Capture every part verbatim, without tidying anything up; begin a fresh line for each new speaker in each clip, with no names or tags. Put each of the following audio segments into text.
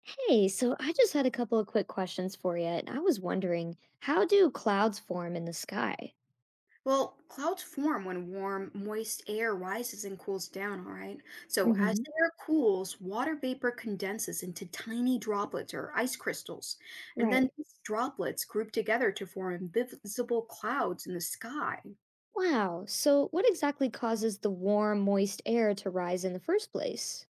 Hey, so I just had a couple of quick questions for you, and I was wondering, how do clouds form in the sky?
Well, clouds form when warm, moist air rises and cools down, all right? So, as
Hmm.
the air cools, water vapor condenses into tiny droplets or ice crystals. And
Right.
then these droplets group together to form invisible clouds in the sky.
Wow, so what exactly causes the warm, moist air to rise in the first place?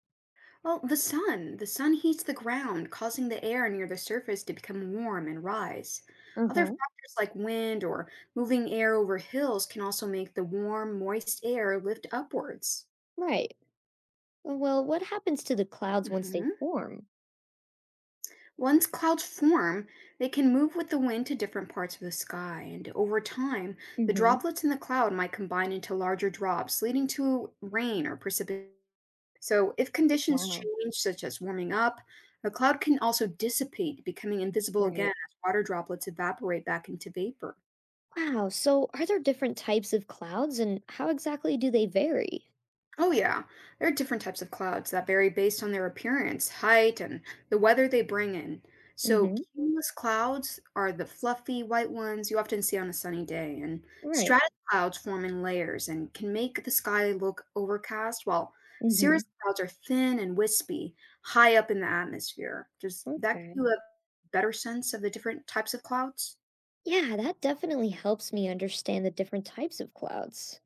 Well, the sun. The sun heats the ground, causing the air near the surface to become warm and rise. Other
Uh-huh.
factors like wind or moving air over hills can also make the warm, moist air lift upwards.
Right. Well, what happens to the clouds once they
hmm
form?
Once clouds form, they can move with the wind to different parts of the sky, and over time, the
Hmm.
droplets in the cloud might combine into larger drops, leading to rain or precipitation. So, if conditions
Wow.
change, such as warming up, a cloud can also dissipate, becoming invisible again
Right.
as water droplets evaporate back into vapor.
Wow, so are there different types of clouds, and how exactly do they vary?
Oh, yeah. There are different types of clouds that vary based on their appearance, height, and the weather they bring in. So,
Hmm.
cumulus clouds are the fluffy white ones you often see on a sunny day, and
Right.
stratus clouds form in layers and can make the sky look overcast, while
Hmm.
cirrus clouds are thin and wispy, high up in the atmosphere. Does that
Okay.
give you a better sense of the different types of clouds?
Yeah, that definitely helps me understand the different types of clouds.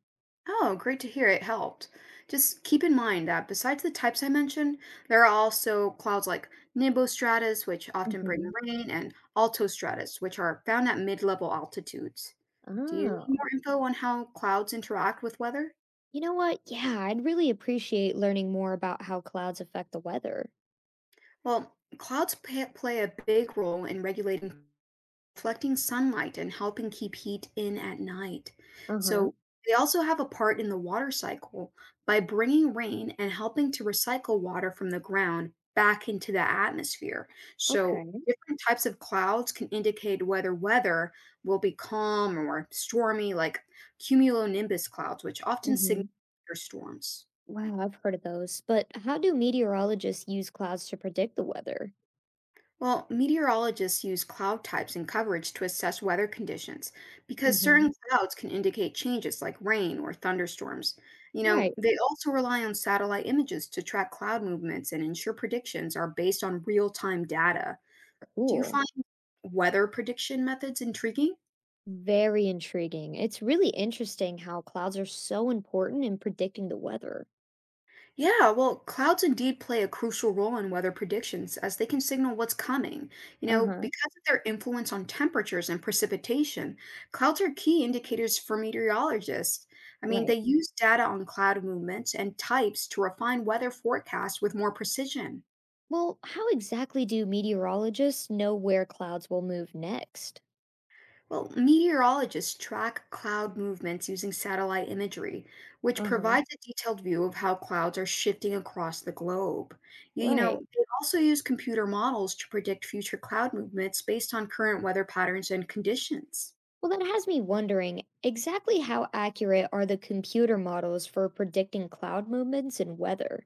Oh, great to hear it helped. Just keep in mind that besides the types I mentioned, there are also clouds like nimbostratus, which often bring
Hmm.
rain, and altostratus, which are found at mid level altitudes. Do you need
Oh,
more info on how clouds interact with weather?
you know what? Yeah, I'd really appreciate learning more about how clouds affect the weather.
Well, clouds pa- play a big role in regulating reflecting sunlight and helping keep heat in at night.
Uh huh.
So they also have a part in the water cycle by bringing rain and helping to recycle water from the ground back into the atmosphere. So
Okay.
different types of clouds can indicate whether weather will be calm or stormy, like cumulonimbus clouds, which often signal
Hmm.
thunderstorms.
Wow, I've heard of those. But how do meteorologists use clouds to predict the weather?
Well, meteorologists use cloud types and coverage to assess weather conditions because
Hmm.
certain clouds can indicate changes like rain or thunderstorms. You know,
Right,
they also rely on satellite images to track cloud movements and ensure predictions are based on real time data. Do you
cool.
find weather prediction methods intriguing?
Very intriguing. It's really interesting how clouds are so important in predicting the weather.
Yeah, well, clouds indeed play a crucial role in weather predictions as they can signal what's coming. You
Uh
know,
huh.
because of their influence on temperatures and precipitation, clouds are key indicators for meteorologists. I mean, they
Right.
use data on cloud movements and types to refine weather forecasts with more precision.
Well, how exactly do meteorologists know where clouds will move next?
Well, meteorologists track cloud movements using satellite imagery, which
Uh huh.
provides a detailed view of how clouds are shifting across the globe. You you know,
Right.
they also use computer models to predict future cloud movements based on current weather patterns and conditions.
Well, that has me wondering exactly how accurate are the computer models for predicting cloud movements and weather?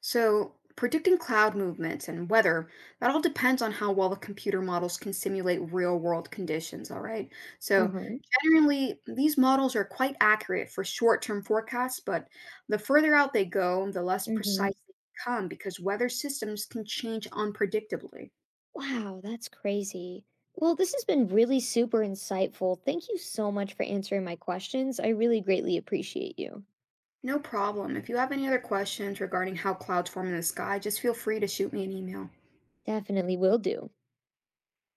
So, predicting cloud movements and weather, that all depends on how well the computer models can simulate real world conditions, all right?
Uh
So,
huh.
generally, these models are quite accurate for short term forecasts, but the further out they go, the less
Mm-hmm.
precise they become because weather systems can change unpredictably.
Wow, that's crazy. Well, this has been really super insightful. Thank you so much for answering my questions. I really greatly appreciate you.
No problem. If you have any other questions regarding how clouds form in the sky, just feel free to shoot me an email.
Definitely will do.